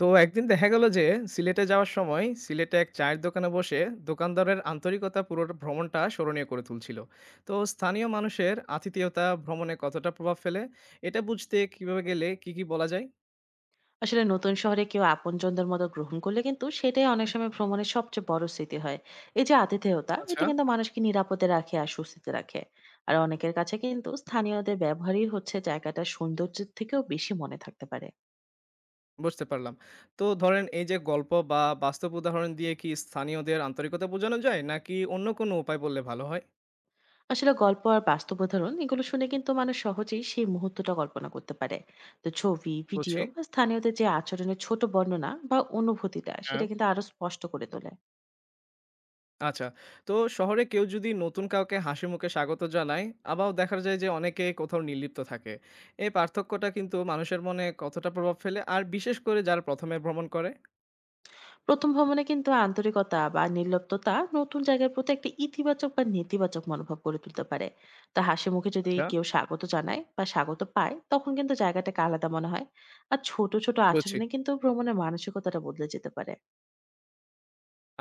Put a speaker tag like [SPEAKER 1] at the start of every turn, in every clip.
[SPEAKER 1] তো একদিন দেখা গেল যে সিলেটে যাওয়ার সময় সিলেটে এক চায়ের দোকানে বসে দোকানদারের আন্তরিকতা পুরো ভ্রমণটা স্মরণীয় করে তুলছিল। তো স্থানীয় মানুষের আতিথেয়তা ভ্রমণে কতটা প্রভাব ফেলে, এটা বুঝতে কিভাবে গেলে কি কি বলা যায়?
[SPEAKER 2] আসলে নতুন শহরে কেউ আপনজনদের মতো গ্রহণ করলে কিন্তু সেটাই অনেক সময় ভ্রমণের সবচেয়ে বড় স্মৃতি হয়। এই যে আতিথেয়তা,
[SPEAKER 1] আচ্ছা,
[SPEAKER 2] এটা কিন্তু মানুষকে নিরাপদে রাখে আর সুস্থিতে রাখে। আর অনেকের কাছে কিন্তু স্থানীয়দের ব্যবহারই হচ্ছে জায়গাটার সৌন্দর্যের থেকেও বেশি মনে থাকতে পারে।
[SPEAKER 1] বুঝতে পারলাম। তো ধরেন, এই যে গল্প বা বাস্তব উদাহরণ দিয়ে কি স্থানীয়দের আন্তরিকতা বোঝানো যায় নাকি অন্য কোনো উপায় বললে ভালো হয়?
[SPEAKER 2] আসলে গল্প আর বাস্তব উদাহরণ, এগুলো শুনে কিন্তু মানুষ সহজেই সেই মুহূর্তটা কল্পনা করতে পারে। তো ছবি, ভিডিও
[SPEAKER 1] বুঝছি।
[SPEAKER 2] বা স্থানীয়দের যে আচরণের ছোট বর্ণনা বা অনুভূতিটা, সেটা
[SPEAKER 1] হ্যাঁ।
[SPEAKER 2] কিন্তু আরো স্পষ্ট করে তোলে।
[SPEAKER 1] আচ্ছা। তো শহরে কেউ যদি নতুন কাউকে হাসিমুখে স্বাগত জানায়, আবার দেখা যায় যে অনেকে কোথাও নির্লিপ্ত থাকে। এই পার্থক্যটা কিন্তু মানুষের মনে কতটা প্রভাব ফেলে? আর বিশেষ করে যারা ১ম এ ভ্রমণ করে?
[SPEAKER 2] প্রথম ভ্রমণে কিন্তু আন্তরিকতা বা নির্লিপ্ততা নতুন জায়গার প্রতি একটা ইতিবাচক বা নেতিবাচক মনোভাব গড়ে তুলতে পারে। তা হাসি মুখে যদি
[SPEAKER 1] আচ্ছা।
[SPEAKER 2] কেউ স্বাগত জানায় বা স্বাগত পায়, তখন কিন্তু জায়গাটাকে আলাদা মনে হয়। আর ছোট ছোট
[SPEAKER 1] বুঝছি।
[SPEAKER 2] আচরণে কিন্তু ভ্রমণের মানসিকতাটা বদলে যেতে পারে।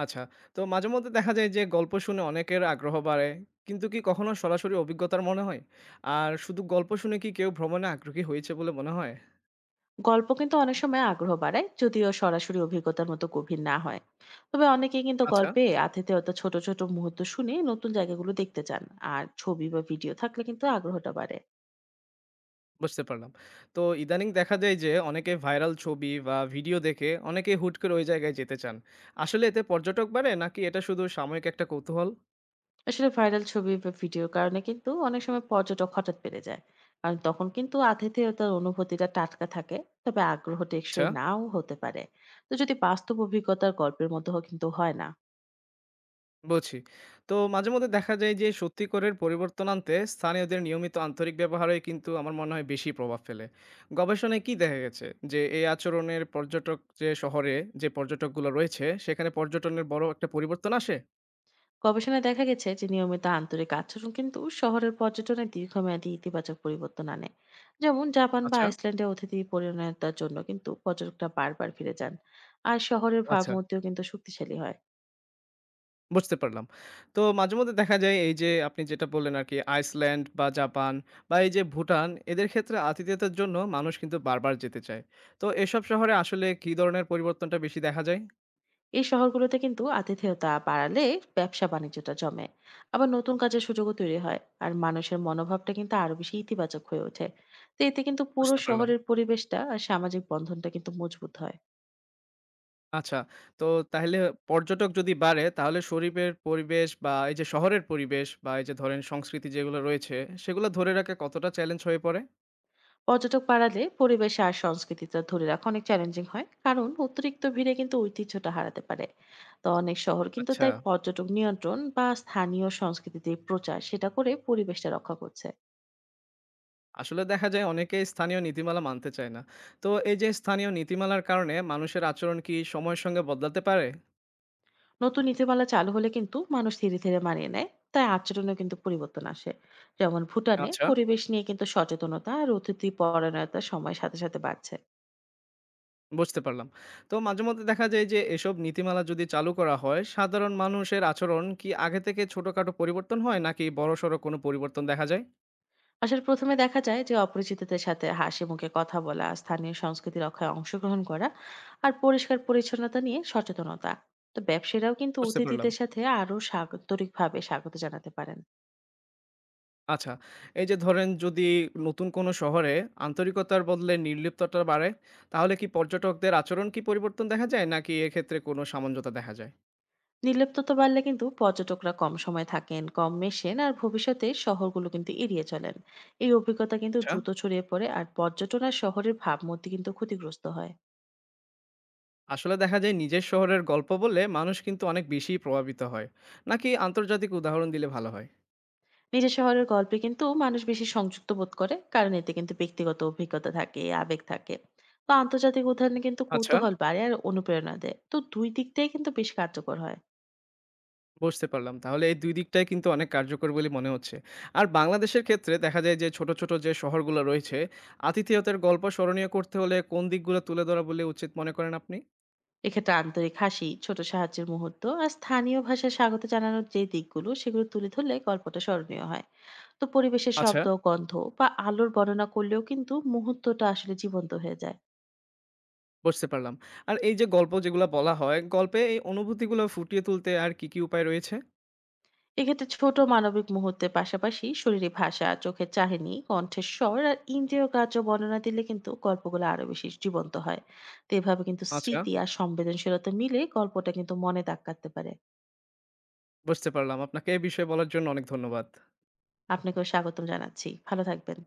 [SPEAKER 1] আচ্ছা। তো মাঝেমধ্যে দেখা যায় যে গল্প শুনে অনেকের আগ্রহ বাড়ে। কিন্তু কি কখনো সরাসরি অভিজ্ঞতার মনে হয়? আর শুধু গল্প শুনে কি কেউ ভ্রমণে আগ্রহী হয়েছে বলে মনে হয়?
[SPEAKER 2] গল্প কিন্তু অনেক সময় আগ্রহ বাড়ায়, যদিও সরাসরি অভিজ্ঞতার মতো গভীর না হয়। তবে অনেকেই কিন্তু
[SPEAKER 1] আচ্ছা।
[SPEAKER 2] গল্পে আতিথেয়তা, ছোট ছোট মুহূর্ত শুনে নতুন জায়গাগুলো দেখতে চান। আর ছবি বা ভিডিও থাকলে কিন্তু আগ্রহটা বাড়ে।
[SPEAKER 1] বুঝতে পারলাম। তো ইদানিং দেখা যায় যে অনেকে ভাইরাল ছবি বা ভিডিও দেখে অনেকে হুট করে ওই জায়গায় যেতে চান। আসলে এতে পর্যটক বাড়ে নাকি এটা শুধু সাময়িক একটা কৌতূহল?
[SPEAKER 2] আসলে ভাইরাল ছবি বা ভিডিওর কারণে কিন্তু অনেক সময় পর্যটক হঠাৎ বেড়ে যায়, কারণ তখন কিন্তু আতিথেয়তার অনুভূতিটা টাটকা থাকে। তবে আগ্রহ
[SPEAKER 1] আচ্ছা,
[SPEAKER 2] টেকসই নাও হতে পারে। তো যদি বাস্তব অভিজ্ঞতার গল্পের মতো কিন্তু হয় না।
[SPEAKER 1] বুঝি। তো মাঝেমধ্যে দেখা যায় যে সত্যি করের পরিবর্তন আনতে স্থানীয়দের নিয়মিত আন্তরিক ব্যবহারে কিন্তু আমার মনে হয় বেশি প্রভাব ফেলে। গবেষণায় কি দেখা গেছে যে এই আচরণের পর্যটক যে শহরে পর্যটকগুলো রয়েছে সেখানে পর্যটনের বড় একটা পরিবর্তন আসে?
[SPEAKER 2] গবেষণায় দেখা গেছে যে নিয়মিত আন্তরিক আচরণ কিন্তু শহরের পর্যটনে দীর্ঘমেয়াদী ইতিবাচক পরিবর্তন আনে। যেমন জাপান বা
[SPEAKER 1] আচ্ছা,
[SPEAKER 2] আইসল্যান্ডে অতিথি পরিণয়তার জন্য কিন্তু পর্যটকরা বারবার ফিরে যান। আর শহরের
[SPEAKER 1] আচ্ছা।
[SPEAKER 2] ভাবমূর্তিও কিন্তু শক্তিশালী হয়।
[SPEAKER 1] বুঝতে পারলাম। তো মাঝেমধ্যে দেখা যায় এই যে আপনি যেটা বললেন আরকি, আইসল্যান্ড বা জাপান বা এই যে ভুটান, এদের ক্ষেত্রে আতিথেয়তার জন্য মানুষ কিন্তু বারবার যেতে চায়। তো এসব শহরে আসলে কি ধরনের পরিবর্তনটা বেশি দেখা যায়?
[SPEAKER 2] এই শহরগুলোতে কিন্তু আতিথেয়তা বাড়ালে ব্যবসা বাণিজ্যটা জমে, আবার নতুন কাজের সুযোগও তৈরি হয়। আর মানুষের মনোভাবটা কিন্তু আরো বেশি ইতিবাচক হয়ে ওঠে। তো এতে কিন্তু পুরো
[SPEAKER 1] বুঝতে পারলাম।
[SPEAKER 2] শহরের পরিবেশটা আর সামাজিক বন্ধনটা কিন্তু মজবুত হয়।
[SPEAKER 1] আচ্ছা। তো তাহলে পর্যটক যদি বাড়ে তাহলে শরীফের পরিবেশ বা এই যে শহরের পরিবেশ বা এই যে ধরেন সংস্কৃতি যেগুলো রয়েছে সেগুলো ধরে রাখা কতটা চ্যালেঞ্জ হয়ে পড়ে?
[SPEAKER 2] পর্যটক বাড়ালে পরিবেশ আর সংস্কৃতিটা ধরে রাখা অনেক চ্যালেঞ্জিং হয়, কারণ অতিরিক্ত ভিড়ে কিন্তু ঐতিহ্যটা হারাতে পারে। তো অনেক শহর কিন্তু
[SPEAKER 1] আচ্ছা।
[SPEAKER 2] তাই পর্যটক নিয়ন্ত্রণ বা স্থানীয় সংস্কৃতিতে প্রচার সেটা করে পরিবেশটা রক্ষা করছে।
[SPEAKER 1] আসলে দেখা যায় অনেকেই স্থানীয় নীতিমালা মানতে চায় না। তো এই যে স্থানীয় নীতিমালার কারণে মানুষের আচরণ কি সময়ের সঙ্গে বদলাতে পারে?
[SPEAKER 2] নতুন নীতিমালা চালু হলে কিন্তু মানুষ ধীরে ধীরে মানিয়ে নেয়, তাই আচরণেও কিন্তু পরিবর্তন আসে। যেমন ভুটানে
[SPEAKER 1] আচ্ছা,
[SPEAKER 2] পরিবেশ নিয়ে কিন্তু সচেতনতা আর অতিথি পরায়ণতার সময়ের সাথে সাথে বাড়ছে।
[SPEAKER 1] বুঝতে পারলাম। তো মাঝেমধ্যে দেখা যায় যে এসব নীতিমালা যদি চালু করা হয়, সাধারণ মানুষের আচরণ কি আগে থেকে ছোটখাটো পরিবর্তন হয় নাকি বড়সড় কোনো পরিবর্তন দেখা যায়?
[SPEAKER 2] আসলে প্রথমে দেখা যায় যে অপরিচিতদের সাথে হাসি মুখে কথা বলা, স্থানীয় সংস্কৃতি রক্ষায় অংশগ্রহণ করা আর পরিষ্কার পরিচ্ছন্নতা নিয়ে সচেতনতা। তো ব্যবসায়ীরাও কিন্তু
[SPEAKER 1] বুঝতে পারলাম।
[SPEAKER 2] অতিথিদের সাথে আরো সাগরিকভাবে স্বাগত জানাতে পারেন।
[SPEAKER 1] আচ্ছা, এই যে ধরেন যদি নতুন কোনো শহরে আন্তরিকতার বদলে নির্লিপ্ততা বাড়ে, তাহলে কি পর্যটকদের আচরণ কি পরিবর্তন দেখা যায় নাকি এক্ষেত্রে কোনো সামঞ্জতা দেখা যায়?
[SPEAKER 2] নির্লিপ্ততা বাড়লে কিন্তু পর্যটকরা কম সময় থাকেন, কম মেশেন আর ভবিষ্যতে শহরগুলো কিন্তু এড়িয়ে চলেন। এই অভিজ্ঞতা কিন্তু
[SPEAKER 1] আচ্ছা।
[SPEAKER 2] দ্রুত ছড়িয়ে পড়ে আর পর্যটন আর শহরের ভাবমূর্তি কিন্তু ক্ষতিগ্রস্ত হয়।
[SPEAKER 1] আসলে দেখা যায় নিজের শহরের গল্প বললে মানুষ কিন্তু অনেক বেশি প্রভাবিত হয় নাকি আন্তর্জাতিক উদাহরণ দিলে ভালো হয়?
[SPEAKER 2] নিজের শহরের গল্পে কিন্তু মানুষ বেশি সংযুক্ত বোধ করে, কারণ এতে কিন্তু ব্যক্তিগত অভিজ্ঞতা থাকে, আবেগ থাকে। তো আন্তর্জাতিক উদাহরণে কিন্তু
[SPEAKER 1] আচ্ছা,
[SPEAKER 2] কৌতূহল বাড়ে আর অনুপ্রেরণা দেয়। তো দুই দিকটাই কিন্তু বেশ কার্যকর হয়।
[SPEAKER 1] বুঝতে পারলাম। তাহলে এই দুই দিকটাই কিন্তু অনেক কার্যকর বলে মনে হচ্ছে। আর বাংলাদেশের ক্ষেত্রে দেখা যায় যে ছোট ছোট যে শহরগুলো রয়েছে, আতিথেয়তার গল্প স্মরণীয় করতে হলে কোন দিকগুলো তুলে ধরা বলে উচিত মনে করেন আপনি?
[SPEAKER 2] এক্ষেত্রে আন্তরিক হাসি, ছোট সাহায্যের মুহূর্ত আর স্থানীয় ভাষায় স্বাগত জানানোর যে দিকগুলো, সেগুলো তুলে ধরলে গল্পটা স্মরণীয় হয়। তো পরিবেশের
[SPEAKER 1] আচ্ছা,
[SPEAKER 2] শব্দ, গন্ধ বা আলোর বর্ণনা করলেও কিন্তু মুহূর্তটা আসলে জীবন্ত হয়ে যায়।
[SPEAKER 1] বুঝতে পারলাম। আর এই যে গল্প যেগুলো বলা হয়, গল্পে এই অনুভূতিগুলো ফুটিয়ে তুলতে আর কি কি উপায় রয়েছে?
[SPEAKER 2] এক্ষেত্রে ছোট মানবিক মুহূর্তের পাশাপাশি শরীরে ভাষা, চোখের চাহনি, কণ্ঠের স্বর আর ইন্দ্রিয় কার্য বর্ণনা দিলে কিন্তু গল্পগুলো আরো বেশি জীবন্ত হয়। তো এভাবে কিন্তু
[SPEAKER 1] আচ্ছা,
[SPEAKER 2] স্মৃতি আর সংবেদনশীলতা মিলে গল্পটা কিন্তু মনে দাগ কাটতে পারে।
[SPEAKER 1] বুঝতে পারলাম। আপনাকে এই বিষয়ে বলার জন্য অনেক ধন্যবাদ।
[SPEAKER 2] আপনাকেও স্বাগতম জানাচ্ছি, ভালো থাকবেন।